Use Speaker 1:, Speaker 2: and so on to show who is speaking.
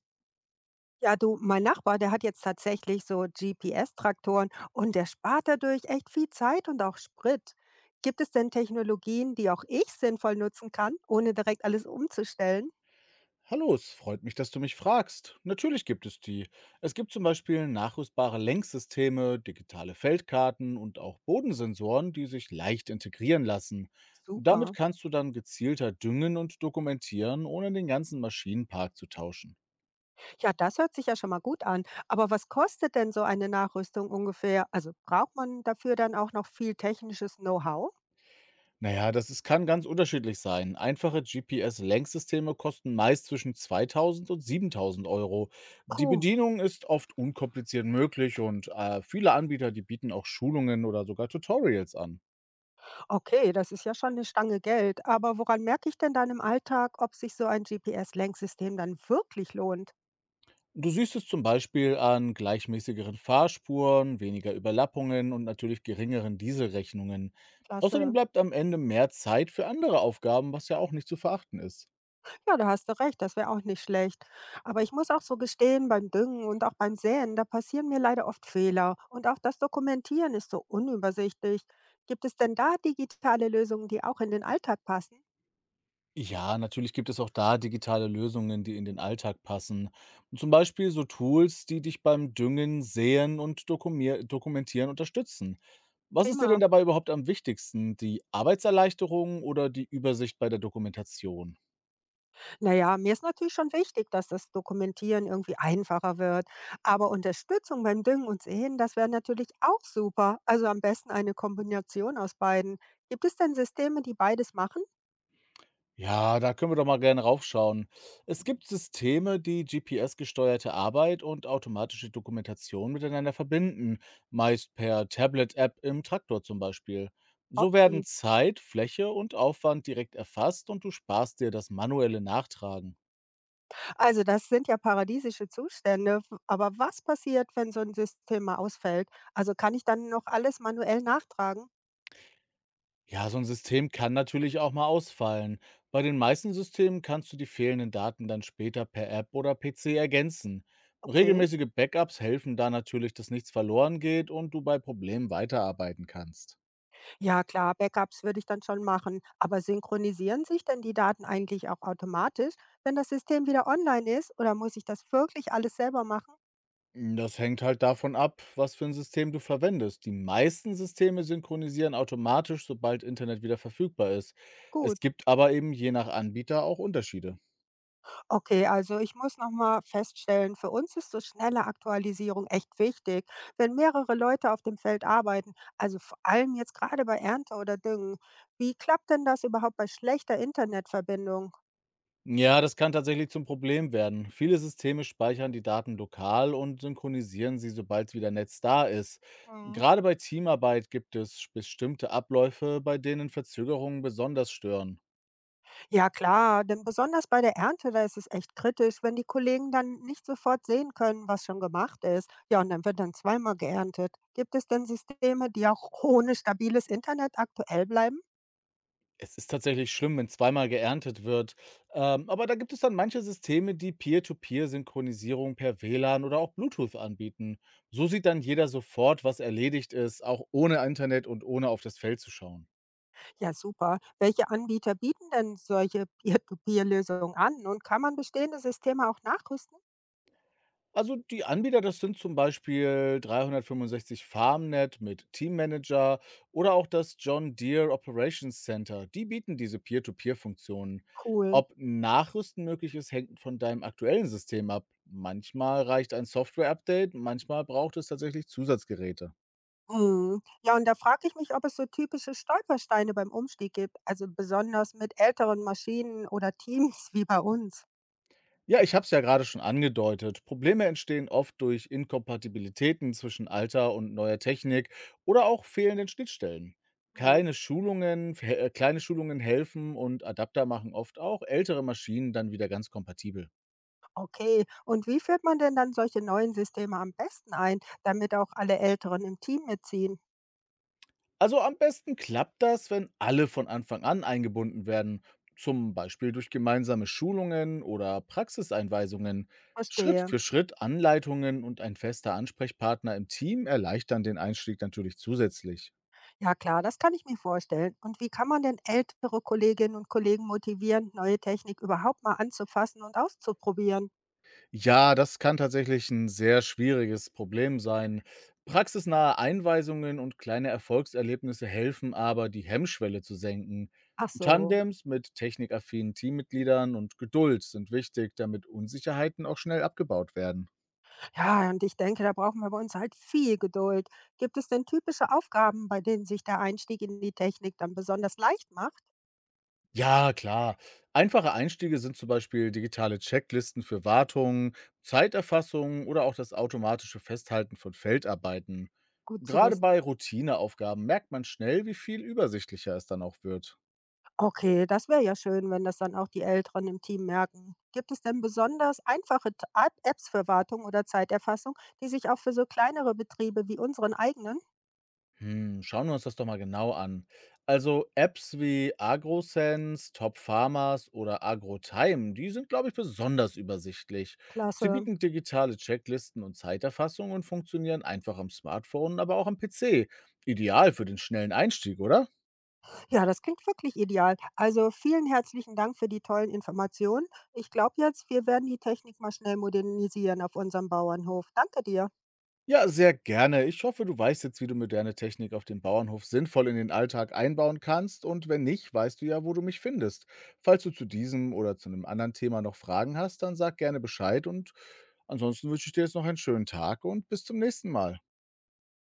Speaker 1: Ja, du, mein Nachbar, der hat jetzt tatsächlich so GPS-Traktoren und der spart dadurch echt viel Zeit und auch Sprit. Gibt es denn Technologien, die auch ich sinnvoll nutzen kann, ohne direkt alles umzustellen?
Speaker 2: Hallo, es freut mich, dass du mich fragst. Natürlich gibt es die. Es gibt zum Beispiel nachrüstbare Lenksysteme, digitale Feldkarten und auch Bodensensoren, die sich leicht integrieren lassen. Damit
Speaker 1: Super.
Speaker 2: kannst du dann gezielter düngen und dokumentieren, ohne den ganzen Maschinenpark zu tauschen.
Speaker 1: Ja, das hört sich ja schon mal gut an. Aber was kostet denn so eine Nachrüstung ungefähr? Also braucht man dafür dann auch noch viel technisches Know-how?
Speaker 2: Naja, das ist, kann ganz unterschiedlich sein. Einfache GPS-Lenksysteme kosten meist zwischen 2000 und 7000 Euro. Die
Speaker 1: Puh,
Speaker 2: Bedienung ist oft unkompliziert möglich und viele Anbieter, die bieten auch Schulungen oder sogar Tutorials an.
Speaker 1: okay, das ist ja schon eine Stange Geld. Aber woran merke ich denn dann im Alltag, ob sich so ein GPS-Lenksystem dann wirklich lohnt?
Speaker 2: Du siehst es zum Beispiel an gleichmäßigeren Fahrspuren, weniger Überlappungen und natürlich geringeren Dieselrechnungen. Außerdem
Speaker 1: Klasse.
Speaker 2: bleibt am Ende mehr Zeit für andere Aufgaben, was ja auch nicht zu verachten ist.
Speaker 1: Ja, da hast du recht, das wäre auch nicht schlecht. Aber ich muss auch so gestehen, beim Düngen und auch beim Säen, da passieren mir leider oft Fehler. Und auch das Dokumentieren ist so unübersichtlich. Gibt es denn da digitale Lösungen, die auch in den Alltag passen?
Speaker 2: Ja, natürlich gibt es auch da digitale Lösungen, die in den Alltag passen. Zum Beispiel so Tools, die dich beim Düngen, Säen und Dokumentieren unterstützen. Was ist dir denn
Speaker 1: Prima.
Speaker 2: dabei überhaupt am wichtigsten? Die Arbeitserleichterung oder die Übersicht bei der Dokumentation?
Speaker 1: Naja, mir ist natürlich schon wichtig, dass das Dokumentieren irgendwie einfacher wird. Aber Unterstützung beim Düngen und Säen, das wäre natürlich auch super. Also am besten eine Kombination aus beiden. Gibt es denn Systeme, die beides machen?
Speaker 2: Ja, da können wir doch mal gerne raufschauen. Es gibt Systeme, die GPS-gesteuerte Arbeit und automatische Dokumentation miteinander verbinden, meist per Tablet-App im Traktor zum Beispiel. So werden
Speaker 1: Opti.
Speaker 2: Zeit, Fläche und Aufwand direkt erfasst und du sparst dir das manuelle Nachtragen.
Speaker 1: Also das sind ja paradiesische Zustände, w aber was passiert, wenn so ein System mal ausfällt? Also, kann ich dann noch alles manuell nachtragen?
Speaker 2: Ja, so ein System kann natürlich auch mal ausfallen. Bei den meisten Systemen kannst du die fehlenden Daten dann später per App oder PC ergänzen.
Speaker 1: Okay.
Speaker 2: Regelmäßige Backups helfen da natürlich, dass nichts verloren geht und du bei Problemen weiterarbeiten kannst.
Speaker 1: Ja klar, Backups würde ich dann schon machen, aber synchronisieren sich denn die Daten eigentlich auch automatisch, wenn das System wieder online ist, oder muss ich das wirklich alles selber machen?
Speaker 2: Hm, das hängt halt davon ab, was für ein System du verwendest. Die meisten Systeme synchronisieren automatisch, sobald Internet wieder verfügbar ist.
Speaker 1: Gut.
Speaker 2: Es gibt aber eben je nach Anbieter auch Unterschiede.
Speaker 1: Okay, also ich muss noch mal feststellen, für uns ist so schnelle Aktualisierung echt wichtig. Wenn mehrere Leute auf dem Feld arbeiten, also vor allem jetzt gerade bei Ernte oder Düngen, wie klappt denn das überhaupt bei schlechter Internetverbindung?
Speaker 2: Ja, das kann tatsächlich zum Problem werden. Viele Systeme speichern die Daten lokal und synchronisieren sie, sobald wieder Netz da ist.
Speaker 1: Mhm.
Speaker 2: Gerade bei Teamarbeit gibt es bestimmte Abläufe, bei denen Verzögerungen besonders stören.
Speaker 1: Ja klar, denn besonders bei der Ernte, da ist es echt kritisch, wenn die Kollegen dann nicht sofort sehen können, was schon gemacht ist. Ja, und dann wird dann zweimal geerntet. Gibt es denn Systeme, die auch ohne stabiles Internet aktuell bleiben?
Speaker 2: Es ist tatsächlich schlimm, wenn zweimal geerntet wird. Aber da gibt es dann manche Systeme, die Peer-to-Peer-Synchronisierung per WLAN oder auch Bluetooth anbieten. So sieht dann jeder sofort, was erledigt ist, auch ohne Internet und ohne auf das Feld zu schauen.
Speaker 1: Ja, super. Welche Anbieter bieten denn solche Peer-to-Peer-Lösungen an und kann man bestehende Systeme auch nachrüsten?
Speaker 2: Also die Anbieter, das sind zum Beispiel 365 FarmNet mit Teammanager oder auch das John Deere Operations Center. Die bieten diese Peer-to-Peer-Funktionen.
Speaker 1: Cool.
Speaker 2: Ob Nachrüsten möglich ist, hängt von deinem aktuellen System ab. Manchmal reicht ein Software-Update, manchmal braucht es tatsächlich Zusatzgeräte.
Speaker 1: Hm. Ja, und da frage ich mich, ob es so typische Stolpersteine beim Umstieg gibt, also besonders mit älteren Maschinen oder Teams wie bei uns.
Speaker 2: Ja, ich habe es ja gerade schon angedeutet. Probleme entstehen oft durch Inkompatibilitäten zwischen alter und neuer Technik oder auch fehlenden Schnittstellen.
Speaker 1: Hm.
Speaker 2: Kleine Schulungen helfen und Adapter machen oft auch ältere Maschinen dann wieder ganz kompatibel.
Speaker 1: Okay, und wie führt man denn dann solche neuen Systeme am besten ein, damit auch alle Älteren im Team mitziehen?
Speaker 2: Also am besten klappt das, wenn alle von Anfang an eingebunden werden, zum Beispiel durch gemeinsame Schulungen oder Praxiseinweisungen. Schritt
Speaker 1: Verstehe.
Speaker 2: für Schritt Anleitungen und ein fester Ansprechpartner im Team erleichtern den Einstieg natürlich zusätzlich.
Speaker 1: Ja klar, das kann ich mir vorstellen. Und wie kann man denn ältere Kolleginnen und Kollegen motivieren, neue Technik überhaupt mal anzufassen und auszuprobieren?
Speaker 2: Ja, das kann tatsächlich ein sehr schwieriges Problem sein. Praxisnahe Einweisungen und kleine Erfolgserlebnisse helfen aber, die Hemmschwelle zu senken.
Speaker 1: Ach so.
Speaker 2: Tandems mit technikaffinen Teammitgliedern und Geduld sind wichtig, damit Unsicherheiten auch schnell abgebaut werden.
Speaker 1: Ja, und ich denke, da brauchen wir bei uns halt viel Geduld. Gibt es denn typische Aufgaben, bei denen sich der Einstieg in die Technik dann besonders leicht macht?
Speaker 2: Ja, klar. Einfache Einstiege sind zum Beispiel digitale Checklisten für Wartungen, Zeiterfassung oder auch das automatische Festhalten von Feldarbeiten.
Speaker 1: Gut zu
Speaker 2: Gerade
Speaker 1: wissen.
Speaker 2: bei Routineaufgaben merkt man schnell, wie viel übersichtlicher es dann auch wird.
Speaker 1: Okay, das wäre ja schön, wenn das dann auch die Älteren im Team merken. Gibt es denn besonders einfache Apps für Wartung oder Zeiterfassung, die sich auch für so kleinere Betriebe wie unseren eigenen?
Speaker 2: Hm, schauen wir uns das doch mal genau an. Also Apps wie AgroSense, Top Farmers oder AgroTime, die sind, glaube ich, besonders übersichtlich. Sie
Speaker 1: Klasse.
Speaker 2: bieten digitale Checklisten und Zeiterfassung und funktionieren einfach am Smartphone, aber auch am PC. Ideal für den schnellen Einstieg, oder?
Speaker 1: Ja, das klingt wirklich ideal. Also vielen herzlichen Dank für die tollen Informationen. Ich glaube jetzt, wir werden die Technik mal schnell modernisieren auf unserem Bauernhof. Danke dir.
Speaker 2: Ja, sehr gerne. Ich hoffe, du weißt jetzt, wie du moderne Technik auf dem Bauernhof sinnvoll in den Alltag einbauen kannst. Und wenn nicht, weißt du ja, wo du mich findest. Falls du zu diesem oder zu einem anderen Thema noch Fragen hast, dann sag gerne Bescheid und ansonsten wünsche ich dir jetzt noch einen schönen Tag und bis zum nächsten Mal.